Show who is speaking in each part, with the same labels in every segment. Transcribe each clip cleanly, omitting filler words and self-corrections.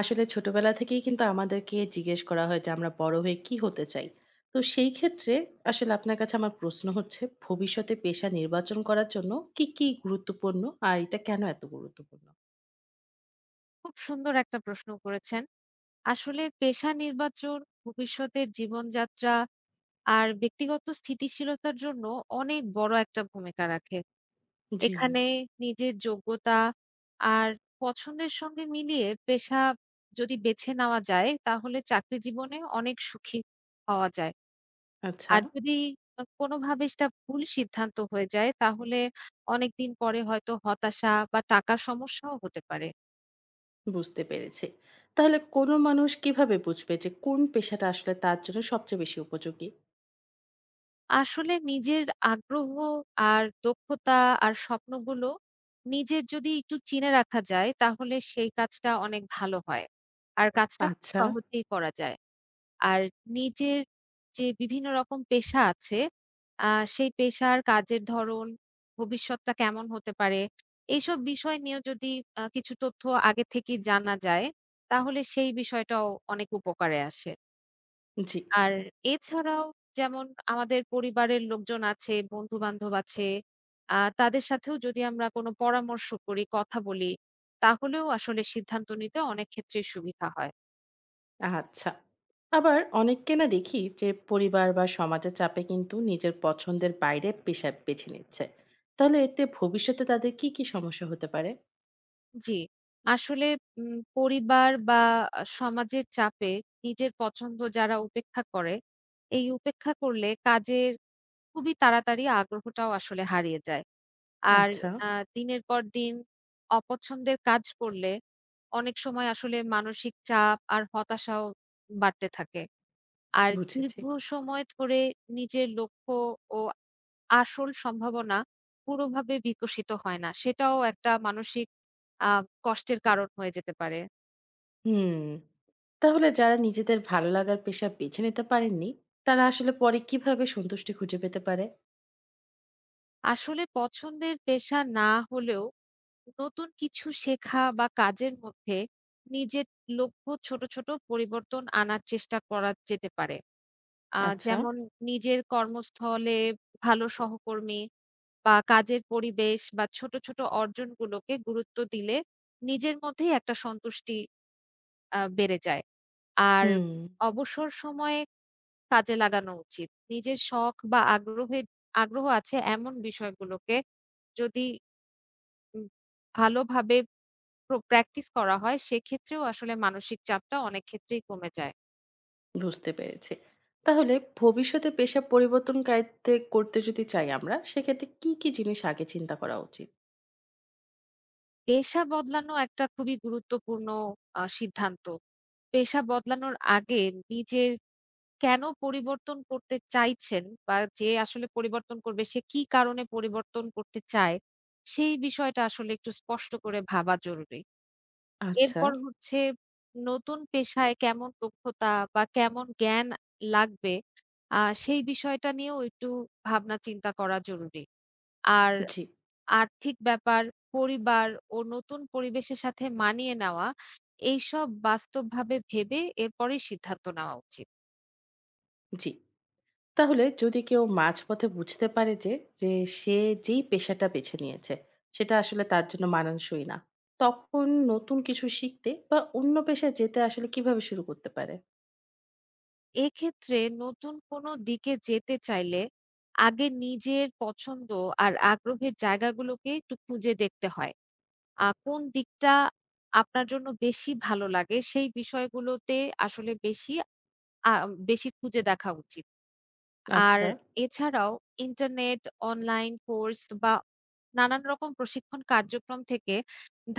Speaker 1: আসলে ছোটবেলা থেকেই কিন্তু আমাদেরকে জিজ্ঞেস করা হয় যে আমরা বড় হয়ে কি হতে চাই। তো সেই ক্ষেত্রে আসলে আপনার কাছে আমার প্রশ্ন হচ্ছে ভবিষ্যতে পেশা নির্বাচন করার জন্য কি, কি গুরুত্বপূর্ণ? আর এটা কেন এত গুরুত্বপূর্ণ?
Speaker 2: খুব সুন্দর একটা প্রশ্ন করেছেন। আসলে পেশা নির্বাচন ভবিষ্যতের জীবনযাত্রা আর ব্যক্তিগত স্থিতিশীলতার জন্য অনেক বড় একটা ভূমিকা রাখে।
Speaker 1: জি,
Speaker 2: এখানে নিজের যোগ্যতা আর পছন্দের সঙ্গে মিলিয়ে পেশা যদি বেছে নেওয়া যায়, তাহলে চাকরি জীবনে অনেক সুখী হওয়া যায়।
Speaker 1: আচ্ছা
Speaker 2: আর যদি কোনোভাবে সেটা ভুল সিদ্ধান্ত হয়ে যায়, তাহলে অনেকদিন পরে হয়তো হতাশা বা টাকার সমস্যাও হতে পারে।
Speaker 1: বুঝতে পেরেছি। তাহলে কোন মানুষ কিভাবে বুঝবে যে কোন পেশাটা আসলে তার জন্য সবচেয়ে বেশি উপযোগী?
Speaker 2: আসলে নিজের আগ্রহ আর দক্ষতা আর স্বপ্নগুলো নিজের যদি একটু চিনে রাখা যায়, তাহলে সেই কাজটা অনেক ভালো হয়। আর কাজটা খুব
Speaker 1: আচ্ছা,
Speaker 2: সহজেই করা যায়। আর নিজের যে বিভিন্ন রকম পেশা আছে, আ সেই পেশার কাজের ধরন, ভবিষ্যৎটা কেমন হতে পারে, এইসব বিষয় নিয়েও যদি কিছু তথ্য আগে থেকেই জানা যায়, তাহলে সেই বিষয়টাও অনেক উপকারে আসে।
Speaker 1: জি।
Speaker 2: আর এছাড়াও যেমন আমাদের পরিবারের লোকজন আছে, বন্ধু-বান্ধব আছে। তাদের সাথেও যদি আমরা কোনো পরামর্শ করি, কথা বলি, তাহলেও আসলে সিদ্ধান্ত নিতে অনেক ক্ষেত্রেই সুবিধা হয়।
Speaker 1: আচ্ছা। আবার অনেককে না দেখি যে পরিবার বা সমাজের চাপে কিন্তু নিজের পছন্দের বাইরে পেশা বেছে নিচ্ছে। তাহলে এতে ভবিষ্যতে তাদের কি, কি সমস্যা হতে পারে?
Speaker 2: জি, আসলে পরিবার বা সমাজের চাপে নিজের পছন্দ যারা উপেক্ষা করে, এই উপেক্ষা করলে কাজের খুবই তাড়াতাড়ি আগ্রহটাও আসলে হারিয়ে যায়। আর
Speaker 1: আচ্ছা,
Speaker 2: আ দিনের পর দিন অপছন্দের কাজ করলে অনেক সময় আসলে মানসিক চাপ আর হতাশাও বাড়তে থাকে। আর
Speaker 1: বুঝেছি।
Speaker 2: দীর্ঘ সময় ধরে নিজের লক্ষ্য ও আসল সম্ভাবনা পুরোভাবে বিকশিত হয় না। সেটাও একটা মানসিক আ কষ্টের কারণ হয়ে যেতে পারে।
Speaker 1: হুম। তাহলে যারা নিজেদের ভালো লাগার পেশা বেছে নিতে পারেননি, তারা আসলে পরে কিভাবে সন্তুষ্টি খুঁজে পেতে পারে?
Speaker 2: আসলে পছন্দের পেশা না হলেও নতুন কিছু শেখা বা কাজের মধ্যে নিজের লক্ষ্য ছোট, ছোট পরিবর্তন আনার চেষ্টা করা যেতে পারে। আ
Speaker 1: আচ্ছা।
Speaker 2: যেমন নিজের কর্মস্থলে ভালো সহকর্মী বা কাজের পরিবেশ বা ছোট, ছোট অর্জনগুলোকে গুরুত্ব দিলে নিজের মধ্যেই একটা সন্তুষ্টি বেড়ে যায়। আর
Speaker 1: হুম,
Speaker 2: অবসর সময়ে কাজে লাগানো উচিত। নিজের শখ বা আগ্রহ আছে এমন বিষয়গুলোকে যদি উম ভালোভাবে প্র্যাকটিস করা হয়, সেক্ষেত্রেও আসলে মানসিক চাপটা অনেক ক্ষেত্রেই কমে যায়।
Speaker 1: বুঝতে পেরেছি। তাহলে ভবিষ্যতে পেশা পরিবর্তন কায়েত্তে করতে যদি চাই আমরা, সেক্ষেত্রে কি, কি জিনিস আগে চিন্তা করা উচিত?
Speaker 2: পেশা বদলানো একটা খুবই গুরুত্বপূর্ণ সিদ্ধান্ত। পেশা বদলানোর আগে নিজের কেন পরিবর্তন করতে চাইছেন, বা যে আসলে পরিবর্তন করবে সে কি কারণে পরিবর্তন করতে চায়, সেই বিষয়টা আসলে একটু স্পষ্ট করে ভাবা জরুরি।
Speaker 1: আচ্ছা,
Speaker 2: এরপর হচ্ছে, নতুন পেশায় কেমন দক্ষতা বা কেমন জ্ঞান লাগবে, আ সেই বিষয়টা নিয়েও একটু ভাবনা চিন্তা করা জরুরি। আর
Speaker 1: জি।
Speaker 2: আর্থিক ব্যাপার, পরিবার ও নতুন পরিবেশের সাথে মানিয়ে নেওয়া, এইসব বাস্তবভাবে ভেবে এরপরেই সিদ্ধান্ত নেওয়া উচিত।
Speaker 1: জি। তাহলে যদি কেউ মাঝপথে বুঝতে পারে যে, যে সে যেই পেশাটা বেছে নিয়েছে, সেটা আসলে তার জন্য মানানসই না। তখন নতুন কিছু শিখতে বা অন্য পেশায় যেতে আসলে কিভাবে শুরু করতে পারে?
Speaker 2: এক্ষেত্রে নতুন কোনো দিকে যেতে চাইলে আগে নিজের পছন্দ আর আগ্রহের জায়গাগুলোকে একটু খুঁজে দেখতে হয়। কোন দিকটা আপনার জন্য বেশি ভালো লাগে, সেই বিষয়গুলোতে আসলে বেশি আ বেশি খুঁজে দেখা উচিত। আর
Speaker 1: আচ্ছা।
Speaker 2: এছাড়াও ইন্টারনেট, অনলাইন কোর্স বা নানান রকম প্রশিক্ষণ কার্যক্রম থেকে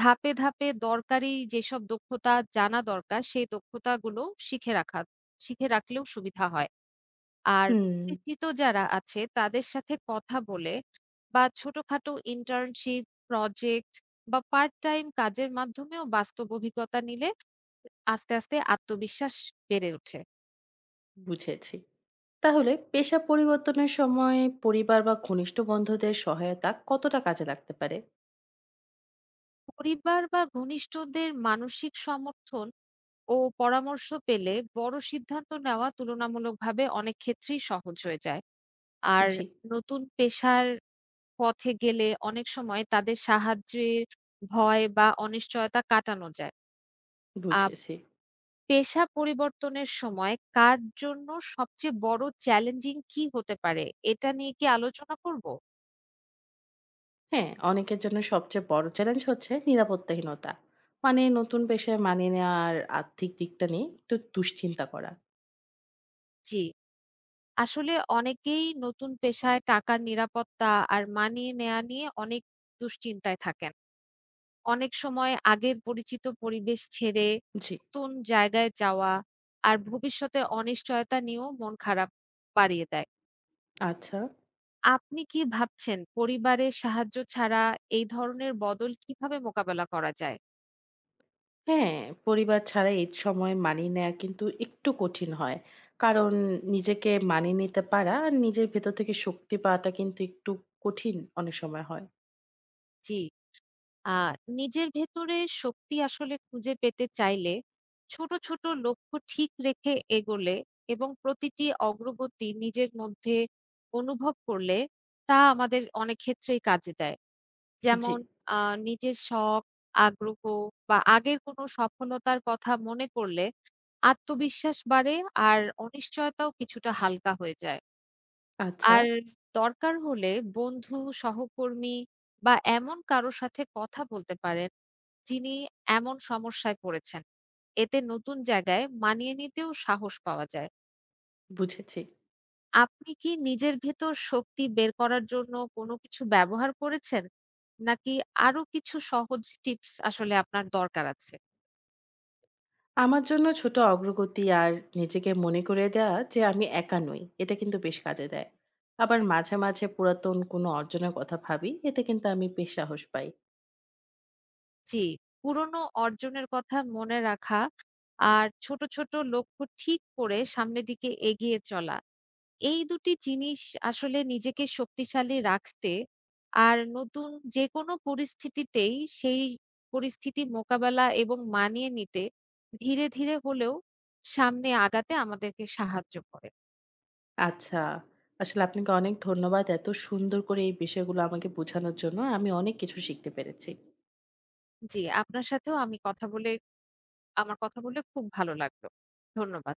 Speaker 2: ধাপে, ধাপে দরকারি যেসব দক্ষতা জানা দরকার, সেই দক্ষতাগুলো শিখে রাখা শিখে রাখলেও সুবিধা হয়। আর
Speaker 1: হুম,
Speaker 2: শিক্ষিত যারা আছে তাদের সাথে কথা বলে বা ছোটখাটো ইন্টার্নশিপ, প্রজেক্ট বা পার্ট টাইম কাজের মাধ্যমেও বাস্তব অভিজ্ঞতা নিলে আস্তে, আস্তে আত্মবিশ্বাস বেড়ে ওঠে।
Speaker 1: বুঝেছি। তাহলে পেশা পরিবর্তনের সময় পরিবার বা ঘনিষ্ঠ বন্ধুদের সহায়তা কতটা কাজে লাগতে পারে?
Speaker 2: পরিবার বা ঘনিষ্ঠদের মানসিক সমর্থন ও পরামর্শ পেলে বড় সিদ্ধান্ত নেওয়া তুলনামূলকভাবে অনেক ক্ষেত্রেই সহজ হয়ে যায়। আর
Speaker 1: জি,
Speaker 2: নতুন পেশার পথে গেলে অনেক সময় তাদের সাহায্যের ভয় বা অনিশ্চয়তা কাটানো যায়। আহ
Speaker 1: বুঝেছি।
Speaker 2: পেশা পরিবর্তনের সময় কার জন্য সবচেয়ে বড় চ্যালেঞ্জিং কি হতে পারে, এটা নিয়ে কি আলোচনা করব?
Speaker 1: হ্যাঁ, অনেকের জন্য সবচেয়ে বড় চ্যালেঞ্জ হচ্ছে নিরাপত্তাহীনতা। মানে নতুন পেশায় মানিয়ে নেওয়ার আর্থিক দিকটা নিয়ে একটু দুশ্চিন্তা করা।
Speaker 2: জি, আসলে অনেকেই নতুন পেশায় টাকার নিরাপত্তা আর মানিয়ে নেওয়া নিয়ে অনেক দুশ্চিন্তায় থাকেন। অনেক সময় আগের পরিচিত পরিবেশ ছেড়ে
Speaker 1: জি,
Speaker 2: নতুন জায়গায় যাওয়া আর ভবিষ্যতের অনিশ্চয়তা নিয়েও মন খারাপ বাড়িয়ে দেয়।
Speaker 1: আচ্ছা।
Speaker 2: আপনি কি ভাবছেন পরিবারের সাহায্য ছাড়া এই ধরনের বদল কিভাবে মোকাবেলা করা যায়?
Speaker 1: হ্যাঁ, পরিবার ছাড়া এই সময় মানিয়ে নেওয়া কিন্তু একটু কঠিন হয়। কারণ নিজেকে মানিয়ে নিতে পারা আর নিজের ভেতর থেকে শক্তি পাওয়াটা কিন্তু একটু কঠিন অনেক সময় হয়।
Speaker 2: জি, আ নিজের ভেতরে শক্তি আসলে খুঁজে পেতে চাইলে ছোট, ছোট লক্ষ্য ঠিক রেখে এগোলে এবং প্রতিটি অগ্রগতি নিজের মধ্যে অনুভব করলে তা আমাদের অনেক ক্ষেত্রেই কাজে দেয়।
Speaker 1: জি,
Speaker 2: যেমন আ নিজের শখ, আগ্রহ বা আগের কোনো সফলতার কথা মনে করলে আত্মবিশ্বাস বাড়ে আর অনিশ্চয়তাও কিছুটা হালকা হয়ে যায়।
Speaker 1: আচ্ছা,
Speaker 2: আর দরকার হলে বন্ধু, সহকর্মী বা এমন কারো সাথে কথা বলতে পারেন, যিনি এমন সমস্যায় পড়েছেন। এতে নতুন জায়গায় মানিয়ে নিতেও সাহস পাওয়া যায়।
Speaker 1: বুঝেছি।
Speaker 2: আপনি কি নিজের ভেতর শক্তি বের করার জন্য কোনো কিছু ব্যবহার করেছেন? নাকি আরো কিছু সহজ টিপস আসলে আপনার দরকার আছে?
Speaker 1: আমার জন্য ছোট অগ্রগতি আর নিজেকে মনে করে দেওয়া যে আমি একা নই, এটা কিন্তু বেশ কাজে দেয়। আবার মাঝে মাঝে পুরাতন কোনো অর্জনের কথা ভাবি, এতে কিন্তু আমি বেশ সাহস পাই।
Speaker 2: জি, পুরনো অর্জনের কথা মনে রাখা আর ছোট, ছোট লক্ষ্য ঠিক করে সামনের দিকে এগিয়ে চলা, এই দুটি জিনিস আসলে নিজেকে শক্তিশালী রাখতে আর নতুন যেকোনো পরিস্থিতিতেই সেই পরিস্থিতি মোকাবেলা এবং মানিয়ে নিতে ধীরে, ধীরে হলেও সামনে আগাতে আমাদেরকে সাহায্য করে।
Speaker 1: আচ্ছা, আসলে আপনাকে অনেক ধন্যবাদ এত সুন্দর করে এই বিষয়গুলো আমাকে বোঝানোর জন্য। আমি অনেক কিছু শিখতে পেরেছি।
Speaker 2: জি, আপনার সাথেও আমি কথা বলে আমার কথা বলে খুব ভালো লাগলো। ধন্যবাদ।